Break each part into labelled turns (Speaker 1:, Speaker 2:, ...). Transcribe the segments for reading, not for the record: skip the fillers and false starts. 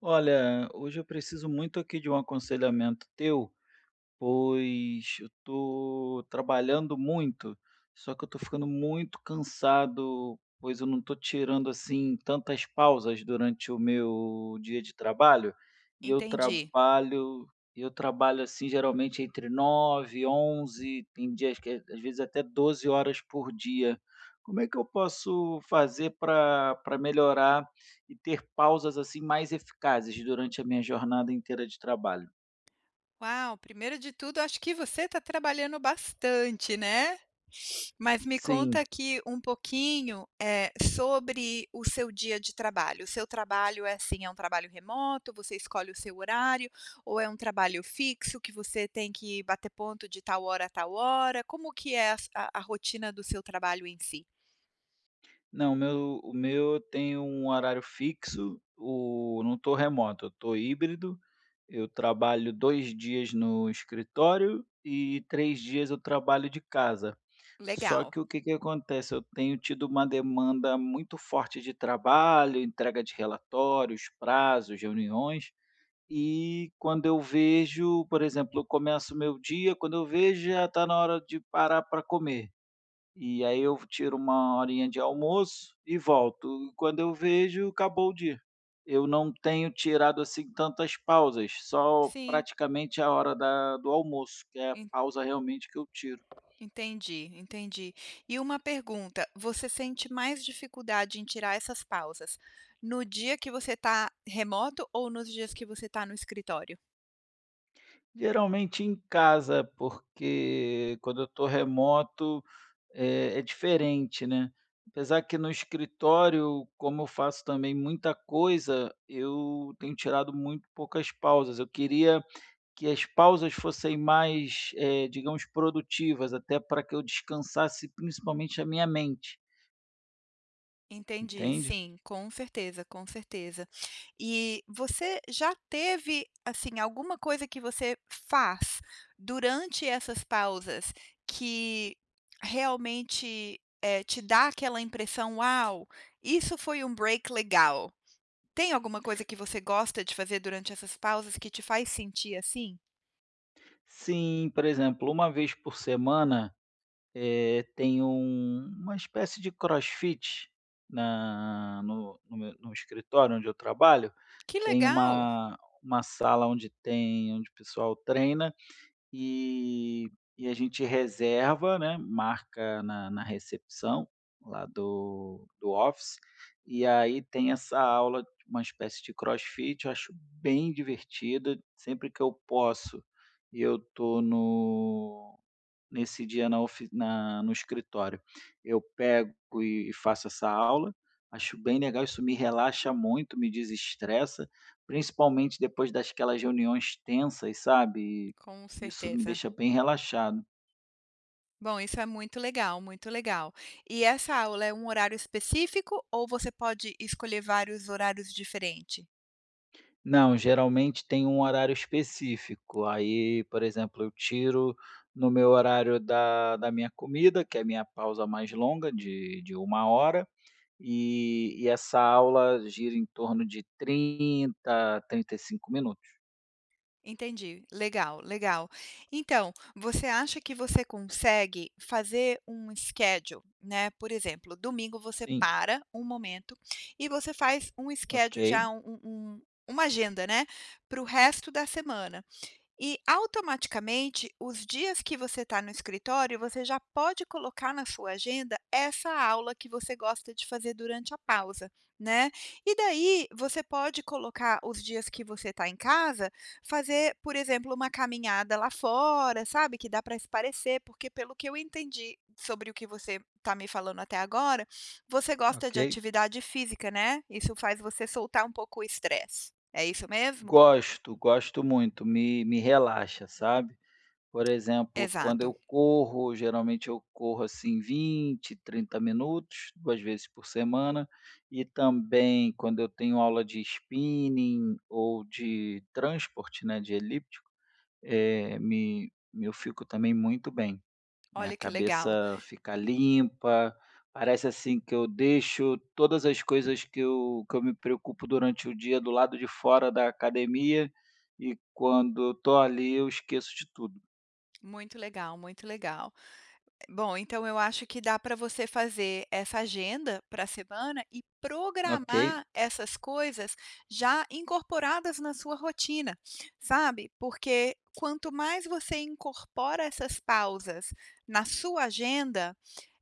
Speaker 1: Olha, hoje eu preciso muito aqui de um aconselhamento teu. Pois eu tô trabalhando muito, só que eu tô ficando muito cansado, pois eu não tô tirando assim tantas pausas durante o meu dia de trabalho. E eu
Speaker 2: Entendi.
Speaker 1: trabalho eu trabalho assim geralmente entre 9, 11 tem dias que às vezes até 12 horas por dia. Como é que eu posso fazer para melhorar e ter pausas assim mais eficazes durante a minha jornada inteira de trabalho?
Speaker 2: Uau, primeiro de tudo, acho que você está trabalhando bastante, né. Mas me conta
Speaker 1: Sim.
Speaker 2: aqui um pouquinho, sobre o seu dia de trabalho. O seu trabalho é assim, é um trabalho remoto, você escolhe o seu horário, ou é um trabalho fixo que você tem que bater ponto de tal hora a tal hora? Como que é a s a rotina do seu trabalho em si?
Speaker 1: Não, o meu tem um horário fixo, o não estou remoto, eu tô híbrido. Eu trabalho 2 dias no escritório e 3 dias eu trabalho de casa. Só
Speaker 2: Legal.
Speaker 1: que o que que acontece, eu tenho tido uma demanda muito forte de trabalho, entrega de relatórios, prazos, reuniões, e quando eu vejo, por exemplo, eu começo o meu dia, quando eu vejo já está na hora de parar para comer. E aí eu tiro uma horinha de almoço e volto. E quando eu vejo, acabou o dia. Eu não tenho tirado assim tantas pausas, só
Speaker 2: Sim.
Speaker 1: praticamente a hora da do almoço, que é a pausa realmente que eu tiro.
Speaker 2: Entendi, entendi. E uma pergunta, você sente mais dificuldade em tirar essas pausas no dia que você está remoto ou nos dias que você está no escritório?
Speaker 1: Geralmente em casa, porque quando eu estou remoto é diferente, né? Apesar que no escritório, como eu faço também muita coisa, eu tenho tirado muito poucas pausas. Eu queria que as pausas fossem mais, digamos, produtivas, até para que eu descansasse principalmente a minha mente,
Speaker 2: Entendi,
Speaker 1: entende?
Speaker 2: sim, com certeza, com certeza. E você já teve, assim, alguma coisa que você faz durante essas pausas que realmente, te dá aquela impressão: "Uau, isso foi um break legal"? Tem alguma coisa que você gosta de fazer durante essas pausas que te faz sentir assim?
Speaker 1: Sim, por exemplo, uma vez por semana, tem uma espécie de crossfit na no no meu no escritório onde eu trabalho,
Speaker 2: Que
Speaker 1: tem
Speaker 2: legal!
Speaker 1: uma sala onde tem onde o pessoal treina. E a gente reserva, né, marca na recepção lá do office, e aí tem essa aula, uma espécie de crossfit, eu acho bem divertida, sempre que eu posso, eu tô no nesse dia na ofi na no escritório. Eu pego e faço essa aula, acho bem legal, isso me relaxa muito, me desestressa, principalmente depois dasquelas reuniões tensas, sabe.
Speaker 2: Com
Speaker 1: E isso me
Speaker 2: certeza.
Speaker 1: deixa bem relaxado.
Speaker 2: Bom, isso é muito legal, muito legal. E essa aula é um horário específico ou você pode escolher vários horários diferentes?
Speaker 1: Não, geralmente tem um horário específico, aí, por exemplo, eu tiro no meu horário da minha comida, que é a minha pausa mais longa de uma hora. E essa aula gira em torno de 30, 35 minutos.
Speaker 2: Entendi. Legal, legal. Então, você acha que você consegue fazer um schedule, né? Por exemplo, domingo você
Speaker 1: Sim,
Speaker 2: para um momento e você faz um
Speaker 1: ok,
Speaker 2: schedule já uma agenda, né, para o resto da semana. E automaticamente, os dias que você está no escritório, você já pode colocar na sua agenda essa aula que você gosta de fazer durante a pausa, né? E daí você pode colocar os dias que você está em casa, fazer, por exemplo, uma caminhada lá fora, sabe? Que dá para espairecer, porque pelo que eu entendi sobre o que você está me falando até agora, você gosta
Speaker 1: ok.
Speaker 2: de atividade física, né? Isso faz você soltar um pouco o estresse. É isso mesmo?
Speaker 1: Gosto, gosto muito, me relaxa, sabe. Por exemplo, quando eu
Speaker 2: Exato.
Speaker 1: corro, geralmente eu corro, assim, 20, 30 minutos, 2 vezes por semana, e também quando eu tenho aula de spinning ou de transporte, né, de elíptico, eh, me me eu fico também muito bem. Minha
Speaker 2: Olha que legal.
Speaker 1: cabeça fica limpa, parece assim que eu deixo todas as coisas que eu me preocupo durante o dia do lado de fora da academia e quando eu tô ali eu esqueço de tudo.
Speaker 2: Muito legal, muito legal. Bom, então eu acho que dá para você fazer essa agenda para a semana e
Speaker 1: Ok,
Speaker 2: programar essas coisas já incorporadas na sua rotina, sabe? Porque quanto mais você incorpora essas pausas na sua agenda,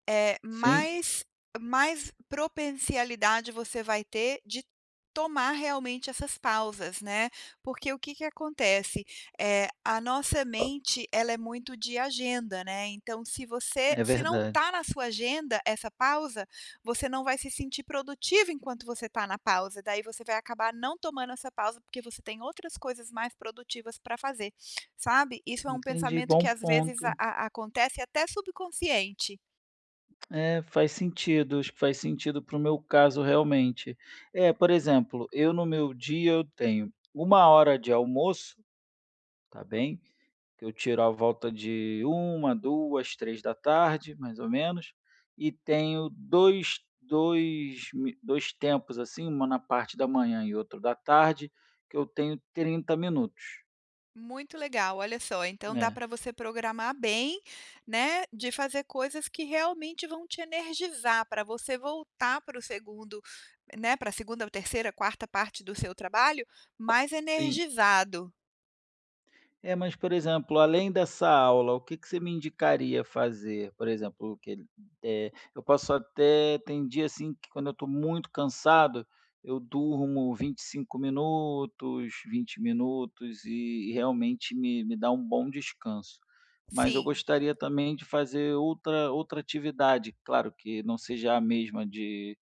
Speaker 2: eh,
Speaker 1: sim,
Speaker 2: mais mais propensialidade você vai ter de tomar realmente essas pausas, né. Porque o que que acontece, é a nossa mente ela é muito de agenda, né, então se você
Speaker 1: é
Speaker 2: se não tá
Speaker 1: verdade.
Speaker 2: na sua agenda essa pausa, você não vai se sentir produtivo enquanto você tá na pausa, daí você vai acabar não tomando essa pausa, porque você tem outras coisas mais produtivas para fazer, sabe. Isso é um
Speaker 1: Entendi,
Speaker 2: pensamento que
Speaker 1: bom
Speaker 2: às vezes
Speaker 1: ponto.
Speaker 2: a acontece até subconsciente.
Speaker 1: É, faz sentido, acho que faz sentido para o meu caso realmente. É, por exemplo, eu no meu dia eu tenho uma hora de almoço, tá bem? Que eu tiro à volta de uma, duas, três da tarde, mais ou menos, e tenho 2, 2, mi 2 tempos, assim, uma na parte da manhã e outro da tarde, que eu tenho 30 minutos.
Speaker 2: Muito legal, olha só, então dá
Speaker 1: É.
Speaker 2: para você programar bem, né, de fazer coisas que realmente vão te energizar para você voltar para o segundo, né, para a segunda, terceira, quarta parte do seu trabalho mais energizado.
Speaker 1: É, mas, por exemplo, além dessa aula, o que que você me indicaria fazer? Por exemplo, que eu posso até tem dia, assim, que quando eu estou muito cansado, eu durmo 25 minutos, 20 minutos e realmente me dá um bom descanso. Mas eu
Speaker 2: Sim.
Speaker 1: gostaria também de fazer outra atividade, claro que não seja a mesma de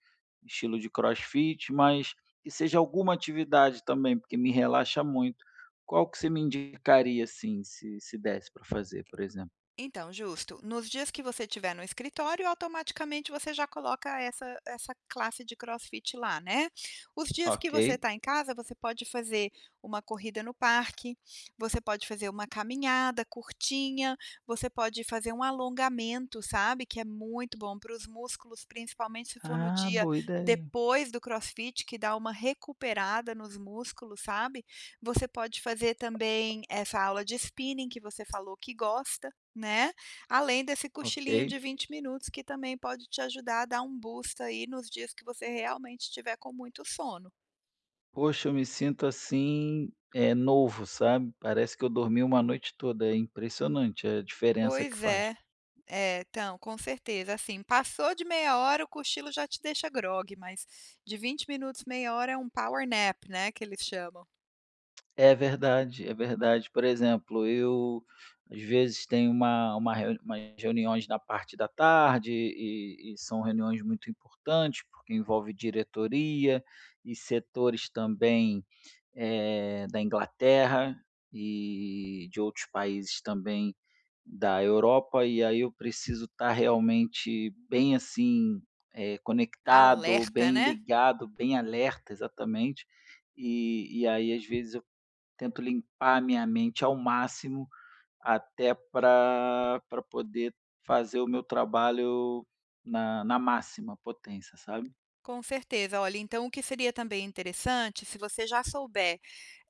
Speaker 1: estilo de crossfit, mas que seja alguma atividade também, porque me relaxa muito. Qual que você me indicaria, assim, se desse para fazer, por exemplo?
Speaker 2: Então, justo. Nos dias que você tiver no escritório, automaticamente você já coloca essa classe de crossfit lá, né. Os dias que
Speaker 1: Ok.
Speaker 2: você está em casa, você pode fazer uma corrida no parque, você pode fazer uma caminhada curtinha, você pode fazer um alongamento, sabe, que é muito bom para os músculos, principalmente se for no
Speaker 1: Ah,
Speaker 2: dia
Speaker 1: boa ideia.
Speaker 2: depois do crossfit, que dá uma recuperada nos músculos, sabe. Você pode fazer também essa aula de spinning que você falou que gosta, né, além desse
Speaker 1: Ok.
Speaker 2: cochilinho de 20 minutos que também pode te ajudar a dar um boost aí nos dias que você realmente estiver com muito sono.
Speaker 1: Poxa, eu me sinto, assim, é novo, sabe, parece que eu dormi uma noite toda, é impressionante a diferença que
Speaker 2: Pois
Speaker 1: faz.
Speaker 2: é, é, então, com certeza, assim, passou de meia hora o cochilo já te deixa grogue, mas de 20 minutos, meia hora é um power nap, né, que eles chamam.
Speaker 1: É verdade, é verdade. Por exemplo, eu, às vezes, tenho umas reuniões na parte da tarde e são reuniões muito importantes, porque envolve diretoria e setores também da Inglaterra e de outros países também da Europa, e aí eu preciso estar realmente bem assim, conectado,
Speaker 2: Alerta,
Speaker 1: bem
Speaker 2: né?
Speaker 1: ligado, bem alerta, exatamente. E aí, às vezes, eu tento limpar a minha mente ao máximo até para poder fazer o meu trabalho na máxima potência, sabe?
Speaker 2: Com certeza. Olha, então o que seria também interessante, se você já souber,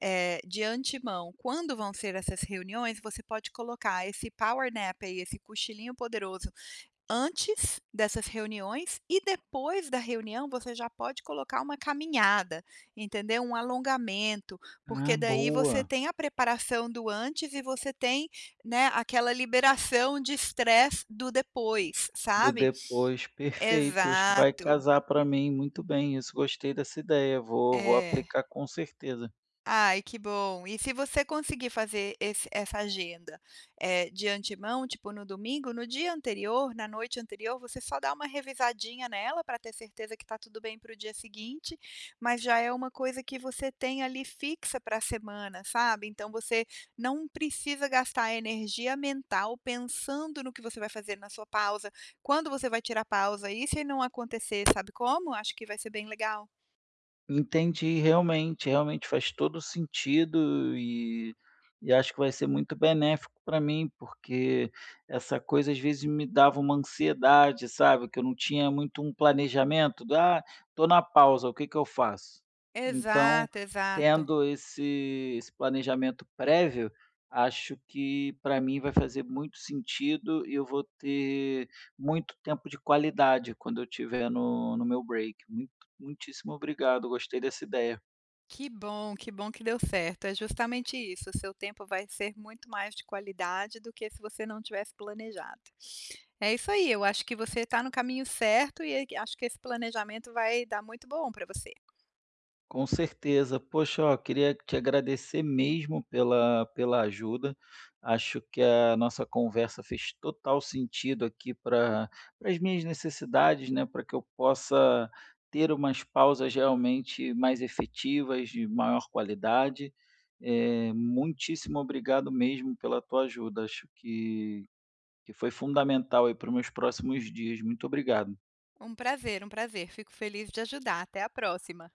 Speaker 2: de antemão quando vão ser essas reuniões, você pode colocar esse power nap aí, esse cochilinho poderoso, antes dessas reuniões e depois da reunião você já pode colocar uma caminhada, entendeu? Um alongamento,
Speaker 1: Ah,
Speaker 2: porque daí você
Speaker 1: boa!
Speaker 2: tem a preparação do antes e você tem, né, aquela liberação de estresse do depois,
Speaker 1: Do
Speaker 2: sabe?
Speaker 1: depois, perfeito, acho que vai
Speaker 2: Exato.
Speaker 1: casar para mim muito bem isso, gostei dessa ideia, vou
Speaker 2: É.
Speaker 1: aplicar com certeza.
Speaker 2: Ai, que bom. E se você conseguir fazer esse essa agenda, de antemão, tipo no domingo, no dia anterior, na noite anterior, você só dá uma revisadinha nela para ter certeza que está tudo bem para o dia seguinte, mas já é uma coisa que você tem ali fixa para a semana, sabe. Então você não precisa gastar energia mental pensando no que você vai fazer na sua pausa, quando você vai tirar pausa, e se não acontecer, sabe como? Acho que vai ser bem legal.
Speaker 1: Entendi, realmente, realmente faz todo sentido e acho que vai ser muito benéfico para mim, porque essa coisa às vezes me dava uma ansiedade, sabe, que eu não tinha muito um planejamento do: "Ah, estou na pausa, o que que eu faço?". Então,
Speaker 2: Exato, exato.
Speaker 1: tendo esse planejamento prévio, acho que para mim vai fazer muito sentido e eu vou ter muito tempo de qualidade quando eu estiver no meu break. Muitíssimo obrigado, gostei dessa ideia.
Speaker 2: Que bom, que bom que deu certo. É justamente isso, o seu tempo vai ser muito mais de qualidade do que se você não tivesse planejado. É isso aí, eu acho que você está no caminho certo e aí acho que esse planejamento vai dar muito bom para você.
Speaker 1: Com certeza. Poxa, ó, queria te agradecer mesmo pela ajuda. Acho que a nossa conversa fez total sentido aqui para as minhas necessidades, né? Para que eu possa ter umas pausas realmente mais efetivas, de maior qualidade. É, muitíssimo obrigado mesmo pela tua ajuda. Acho que foi fundamental aí para os meus próximos dias. Muito obrigado.
Speaker 2: Um prazer, um prazer. Fico feliz de ajudar. Até a próxima.